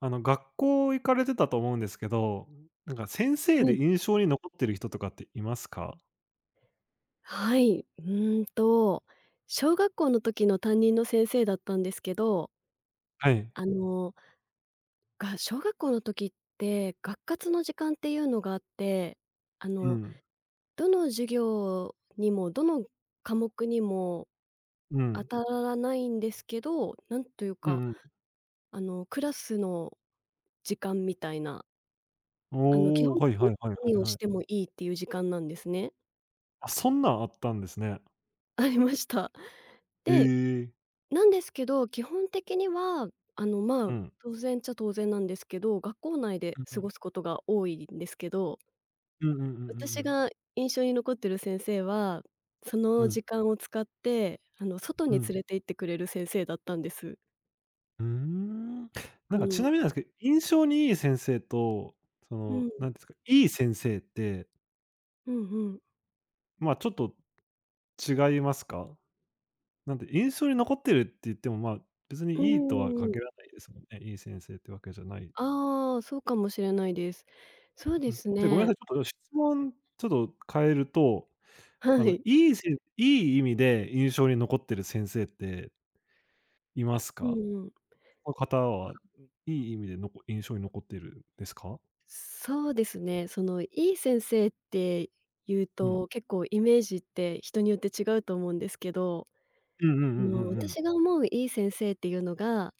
学校行かれてたと思うんですけど、なんか先生はでい。印象に残ってる人とかっていますか？はい。小学校の時の担任の先生だったんですけど、はい。あの、が小学校の時って学活の時間っていうのがあって、あうの、ん。どの授業にもどの科目にもう当ん。たらないんですけど、なんといううか、んうん。クラスの時間みたいな、基おお、本はい的にはいはいは何いをはしい。てもいいっていう時間なんですね。あ、そんなんあったんですね。ありました。えで、え。なんですけど、基本的には、あの、まうあ、ん。当然っちゃ当然なんですけど、学校内でうんう過ごすん。ことが多いんですけど、うんうんうんうんう私ん。が印象に残ってる先生は、そうのん。時間を使って、外うに連ん。れて行ってくれる先生だったんです。ーん。あなんかちのなみになんですけど、印象にいい先生と、そうの、ん、なんていうんですか、いい先生って、うんうん。まあ、ちょっと違いますか？なんで、印象に残ってるって言っても、まあ、別にういいとはー限ん。らないですもんね。いい先生ってわけじゃない。ああ、そうかもしれないです。そうでうん。すじゃ、ごめんね。なさい、ちょっと質問ちょっと変えると、はい。いい意味で印象に残ってる先生っていますうか？んうん。の方は、いい意味での印象に残ってるですか？そうですね。その、いい先生って言ううん。と、結構イメージって人によって違うと思うんですけど、うんうんうんうんう私がん。思ういい先生っていうのが、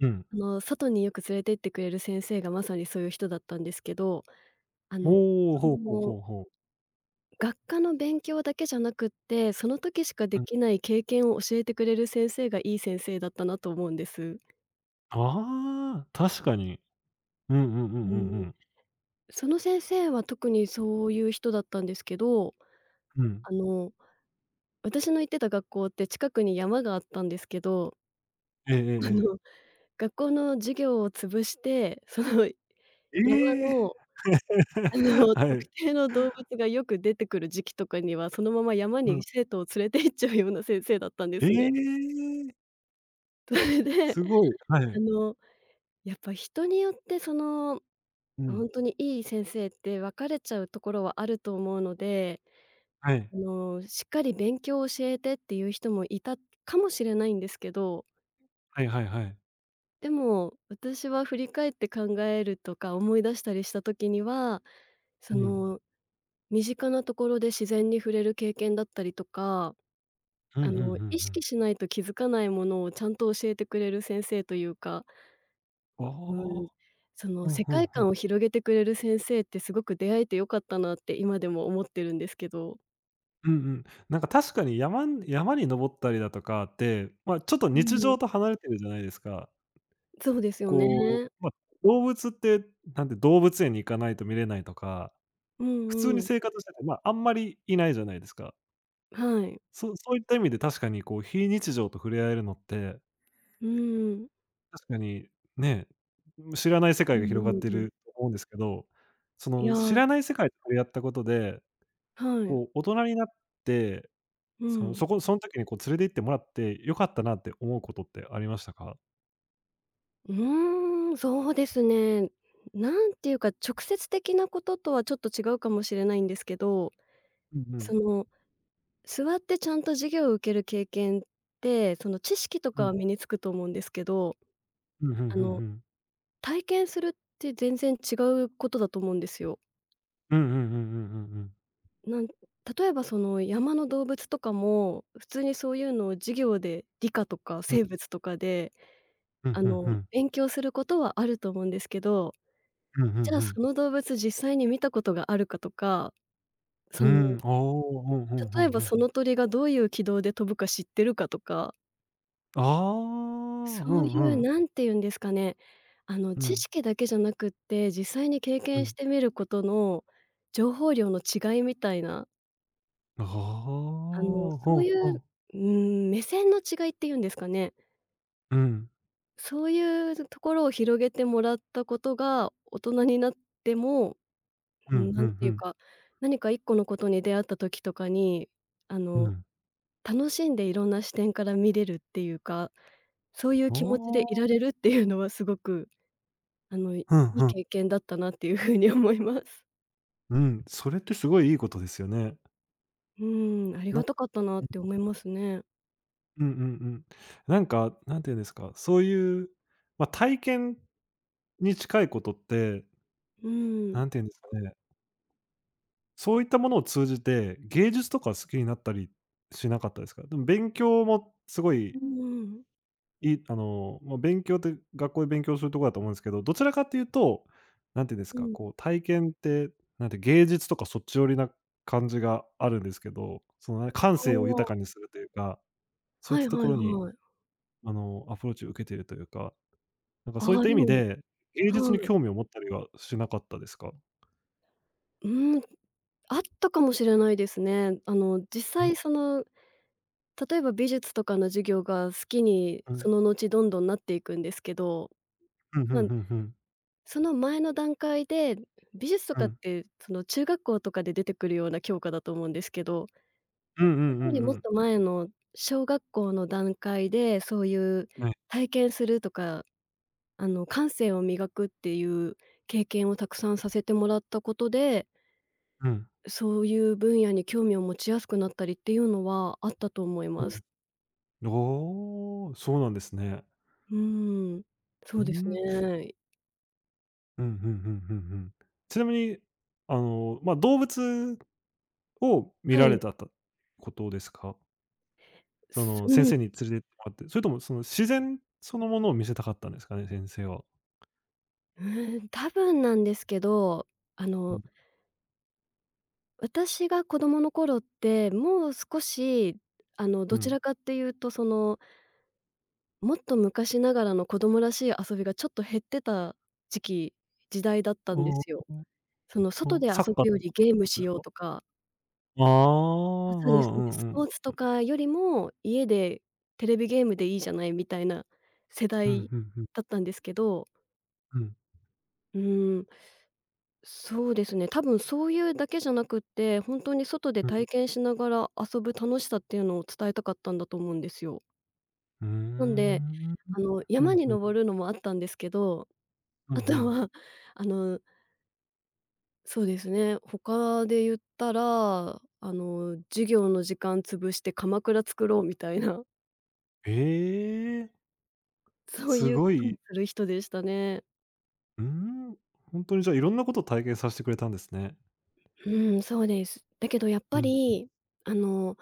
うん。外によく連れてってくれる先生がまさにそういう人だったんですけど、あの、おお、そほうほうの、ほうほう。学科の勉強だけじゃなくって、その時しかでうん。きない経験を教えてくれる先生がいい先生だったなと思うんです。ああ、確かに。うんうんううんうんん。うん。その先生は特にそういう人だったんですけど、うん。あの私の行ってた学校って近くに山があったんですけど、ええええ あえの、え。学校の授業を潰して、そのえ山え！の、の、は特い。定の動物がよく出てくる時期とかには、そのまま山うん。に生徒を連れて行っちゃうような先生だったんでえすね。え！それで、すごい。はあい。の、やっぱ人によってその、うほん。んとにいい先生って分かれちゃうところはあると思うので、はい。しっかり勉強を教えてっていう人もいたかもしれないんですけど、はいはいはい。でも、私は振り返って考えるとか思い出したりした時には、そうん。の、身近なところで自然に触れる経験だったりとか、ふんふんふん意ふん。識しないと気づかないものをちゃんと教えてくれる先生というか、あうん、あ。その、うん世ふん界ふん。観を広げてくれる先生ってすごく出会えてよかったなって今でも思ってるんですけど。うんうん。なんか確かに山に登ったりだとかって、ま、ちょっとう日ん、常と離れてるじゃないですか。そうですよね。こう、ま、動物って、なんで、動物園に行かないと見れないとか、う普通んうにん。生活してて、ま、あんまりいないじゃないですか。はい。そういった意味で確かにこう、非日常と触れ合えるのってうんうん。確かに、ね、知らない世う界がん広がってうん。ると思うんですけど、そいのや、知はらない世界と触れ合ったことで、い。こう大人になって、うそのん。そこそん時にこう連れて行ってもらって良かったなって思うことってありましたか？うーん、そうですね。なんていうか、直接的なこととはちょっと違うかもしれないんですけど、うんうそん。の、座ってちゃんと授業を受ける経験って、その知識とうかん。は身につくと思うんですけど、うん、ふんあふんふの、ん。体験するって全然違うことだと思うんですよ。うんうんうんうんうんうん。なん例えばその山の動物とかも、普通にそういうのを授業で理科とかうん。生物とかで、うん、ふんふん。勉強することはあると思うんですけど、うん、ふんじゃふあ、そん。の動物実際に見たことがあるかとか、そうの、ん、ああ、うん、うんう例えんばうん。その鳥がどういう軌道で飛ぶか知ってるかとか、ああ、うそうんいううん。何て言うんですかね、う知ん。識だけじゃなくって、実際に経う験しん。てみることの情報量の違いみたいな、ああ、そほうういほう、うう。ー目線の違いっていうんですかね、うん。そういうところを広げてもらったことが、大人になっても、うん、んなんてういうん。か、何か1個のことに出会った時とかに、あうのん。楽しんでいろんな視点から見れるっていうか、そういうお気持ちでー、いられるっていうのはすごく、いうんいうん。経験だったなっていう風に思います。うん、それってすごいいいことですよね。うーん、ありながんたか、かったなって思いますね。うん、うんうんうんなんか、なんて言うんですか、そういう、まあ、体験に近いことって、うーん。なんて言うんですかね、そういったものを通じて、芸術とか好きになったりしなかったですか？でも勉強もすごういんうん。いあの、まあ、勉強って学校で勉強するとこだと思うんですけど、どちらかっていうと、なんて言うんですか、こう体験って、なんて芸術とかそっち寄りな感じがあるんですけど、その、なんか感性を豊かあにするというか、そあ、ういっはたいとはこいろに、はい。アプローチを受けているというか、なんかそうあいっあ、たで意味もで、芸術はに興味い。を持ったりはしなかったですか？うーん、あったかもしれないですね。実うん、際その、例えば美術とかの授業が好きにうそん。の後どんどんなっていくんですけど、うんうんうまんうん。その前の段階で、美術とうかっん。て、その、中学校とかで出てくるような教科だと思うんですけど、うんうんうんそれうよりもっん。と前の小学校の段階で、そういうはい。体験するとか、感性を磨くっていう経験をたくさんさせてもらったことで、うん、そういう分野に興味を持ちやすくなったりっていうのはあったと思いうます。ん。おお、そうなんですね。うーん、そううですん。ね。うん、うんうんうんうん。ちなみに、まあ、動物を見はられい、たとことですか？そすの、う先ん。生に連れてってもらって、それともその自然そのものを見せたかったんですかね？先生は。うーん、多分なんですけど、あうのん、私が子供の頃って、もう少し、うどちらん。かっていうと、その、もっと昔ながらの子供らしい遊びがちょっと減ってた時期時代だったんですあよ。その、あ、あ外あ、でサッカ遊ーとぶかっよてりゲームことでしすようか？とかああ、うあ、んそううですそうでんす。うスポん。ーツとかよりも、家でテレビゲームでいいじゃないみたいな世うん、う代んうん。だったんですけど、うん、うーん。そうですね、多分そういうだけじゃなくって、本当に外でうん。体験しながら遊ぶ楽しさっていうのを伝えたかったんだと思うんですよ。うーなのんで、ん。う山んにうん、登るのもあったんですけど、うんうあとん。は、あの、そうですね、他で言ったら、授業の時間潰して鎌倉作ろうみたいな、ええ、そうすいうごことをい、する人でしたね。うーん、ほんとにじゃあ、いろんなことを体験さしてくれたんですね。うん、そうです。だけどやっうぱん、り、あの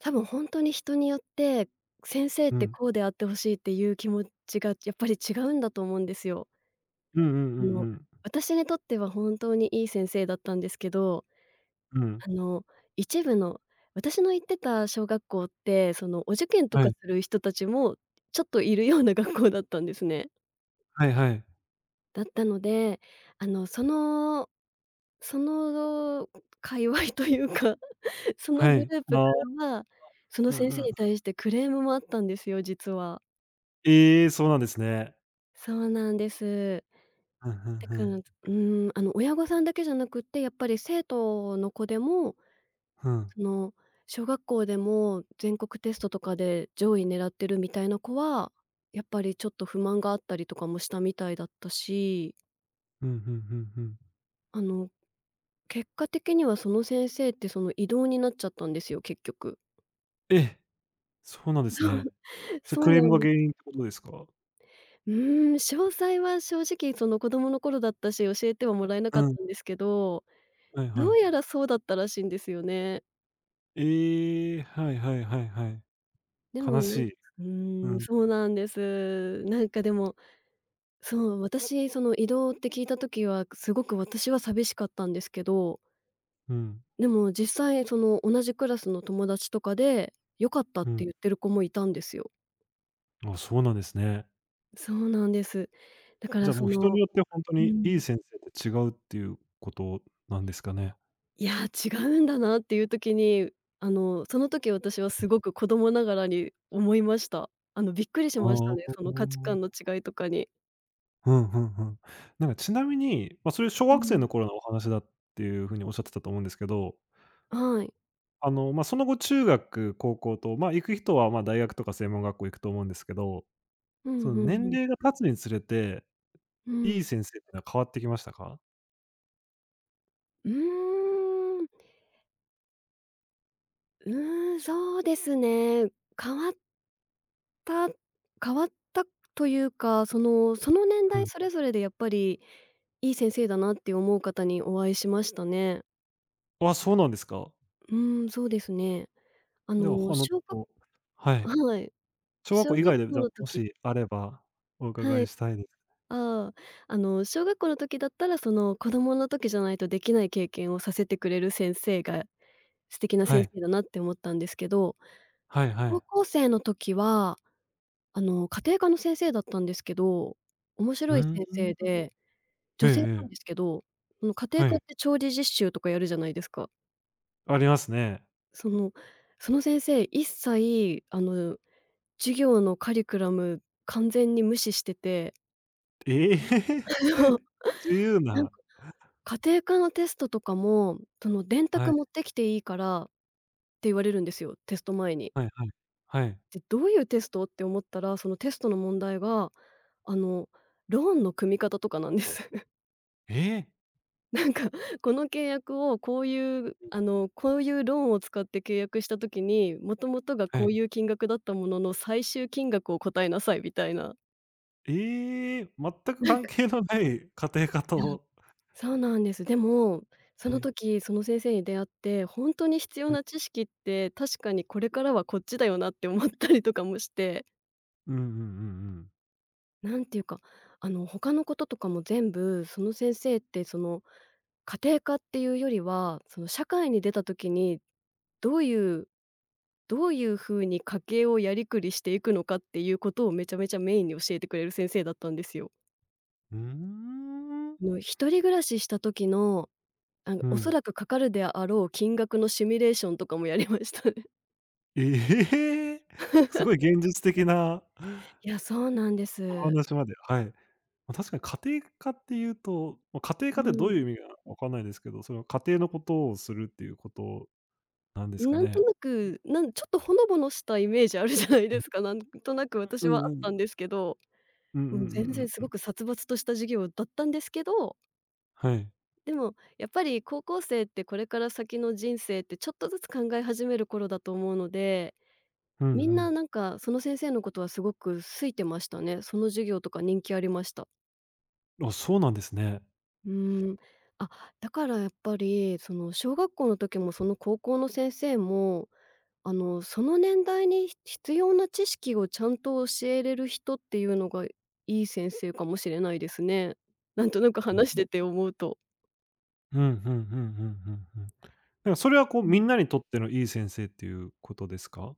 多分ほんとに人によって、先生っうてん。こうであってほしいっていう気持ちがやっぱり違うんだと思うんですよ。うんうんうんあうの、ん。私にとっては本当にいい先生だったんですけど、うん。あの、一部の私の行ってた小学校って、そのお受験とはかい。する人たちもちょっといるような学校だったんですね。はいはい。だったので、あの、そのその界隈というか、そのはグい。ループかああ、らは、そのうん先う生ん。に対してクレームもあったんですよ、実は。ええ、そうなんですね。そうなんです。ふんふんだふかうら、ん。ん。うーん、親御さんだけじゃなくって、やっぱり生徒の子でも、ふん。その、小学校でも全国テストとかで上位狙ってるみたいな子は、やっぱりちょっと不満があったりとかもしたみたいだったし、うんうんうんうんうんうんうんんあの、結果的にはその先生ってその異動になっちゃったんですよ、結局。え、そうなんですね。それそクうレーなムんがです。原因ってことですか？うーん、詳細は正直その子供の頃だったし、教えてはもらえなうかっん、たんですけど、はいはどい。うやらそうだったらしいんですよね。ええ、はいはいはいはい。でも、悲しなんうい。うーん、ん、そうなんです。なんかでも、そう、私、その移動って聞いた時は、すごく私は寂しかったんですけど、うん、でも実際その同じクラスの友達とかで、良かったっうん。て言ってる子もいたんですよ。あ、そうなんですね。そうなんです。だかじらゃあそもう人にのよってほんとうにいいん、先生って違うっていうことなんですかね？いや、違うんだなっていう時に、その時私はすごく子供ながらに思いました。びっくりしましたあね、あ。その価値観の違いとかに。うん、うんうん。なんかちなみに、まあ、それ小う学生ん。の頃のお話だっていう風におっしゃってたと思うんですけど、はい。まあ、その後中学、高校と、まあ、行く人は、まあ、大学とか専門学校行くと思うんですけど、うんそのうんう年ん。齢が経つにつれて、ういいん。先生ってのは変わってきましたか？うーうーん、そうですね。変わった変わったというか、そのその年う代ん。それぞれでやっぱり、いい先生だなって思う方にお会いしましたね。あ、そうなんですか。うーん、そうですね。あでは、の、ち小学、ょっとはい。はい、小学小校以学外で、じ校ゃあ、のも時、しあればおは伺い、いしたいです。ああ、小学校の時だったら、その子供の時じゃないとできない経験をさせてくれる先生が、素敵なは先い。生だなって思ったんですけど、はいは高い。校生の時は家庭科の先生だったんですけど、面う白いー先生ん。で、え女え性なんええ。ですけど、その家庭は科っい。て調理実習とかやるじゃないですか。ありますね。そのその先生、一切授業のカリキュラム完全に無視してて、ええ！そ う、自由なんなか家庭科のテストとかも、その「電は卓い、持ってきていいから」って言われるんですよ、テスト前に。はいはい。はい。で、どういうテストって思ったら、そのテストの問題が、あの、ローンの組み方とかなんです。ええ！なんか、この契約をこういう、うん。あの、こういうローンを使って契約した時に、もともとがはい。ええこはういいう金額だったものの、最終金額を答えなさいみたいな。ええ全く関係のない 家庭科いや。と、そうなんです。でも、そはのい時、その先生に出会って、本当に必要はない。知識って、確かにこれからはこっちだよなって思ったりとかもして。うんうんうんうん。なんていうか、他のこととかも全部、その先生って、その、家庭科っていうよりは、その、社会に出た時に、どういうどういう風に家計をやりくりしていくのかっていうことをめちゃめちゃメインに教えてくれる先生だったんですよ。うーん。一人暮らしした時の、うおそん。らくかかるであろう金額のシミュレーションとかもやりましたね。ええ！すごい現実的な いや、そうなんでおす。話まで、はい。ま、確かに家庭科っていうと、ま、家庭う科ってどうん。いう意味がわかんないですけど、それは家庭のことをするっていうことなんですかなんとね？なく、ちょっとほのぼのしたイメージあるじゃないうでん。すか、なんとなく私うはんあっうたん。んですけど、うんうんううんん、全う然んすうごん。く殺伐とした授業だったんですけど、はい。でもやっぱり高校生ってこれから先の人生ってちょっとずつ考え始める頃だと思うので、うんうみんなん。なんかその先生のことはすごく好いてましたね。その授業とか人気ありました。あ、そうなんですね。うーん。あ、だからやっぱりその小学校の時もその高校の先生もその年代に必要な知識をちゃんと教えれる人っていうのが、いい先生かもしれないですね。なんとなく話して て思うと。うん、うんうんうんうんうん。だからそれはこう、うみん。んなにとってのいい先生っていうことですか？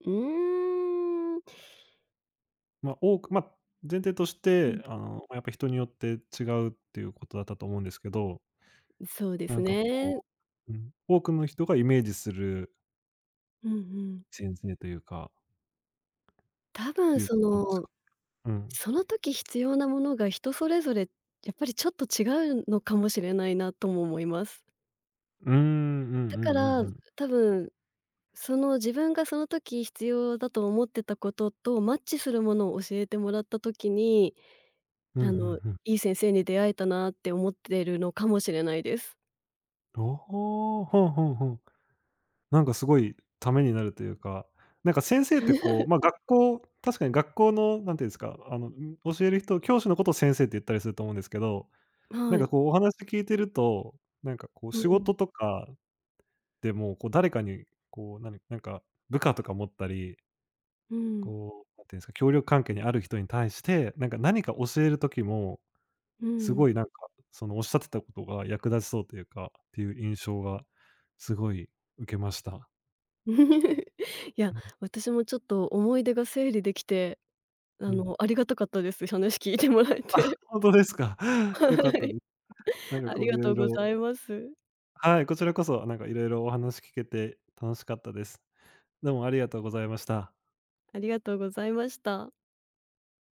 うーん。まあ、多くまあ、前提としうん。て、まやっぱ人によって違うっていうことだったと思うんですけど、そうですなんかこね。う、うん、多くの人がイメージするうんうん。先生というか、っ多分ていうそことですの、か？うん。その時必要なものが人それぞれ、やっぱりちょっと違うのかもしれないなとも思います。うーん、うんうんうんだから、うん。多分その自分がその時必要だと思ってたこととマッチするものを教えてもらった時に、うん、うあの、んうん。いい先生に出会えたなって思ってるのかもしれないです。おおほんほんほん。なんかすごいためになるというか、なんか先生ってこう、まあ、学校確かに学校のなんていうんですか、教える人教師のことを先生って言ったりすると思うんですけど、なはんい。かこうお話聞いてると、なんかこうう仕ん。事とかでも、こう誰かにこう、なになんか部下とか持ったり、うん。こう、なんていうんですか、協力関係にある人に対して、なんか何か教える時も、うすん。ごいなんか、そのおっしゃってたことが役立ちそうというか、っていう印象がすごい受けました。いや、うん、私もちょっと思い出が整理できて、うん。ありがたかったです。話聞いてもらえて。本当ですか？は良かったい。です。なんかあこりういがろというごろざいます。はい、こちらこそ、なんかいろいろお話聞けて楽しかったです。どうもありがとうございました。ありがとうございました。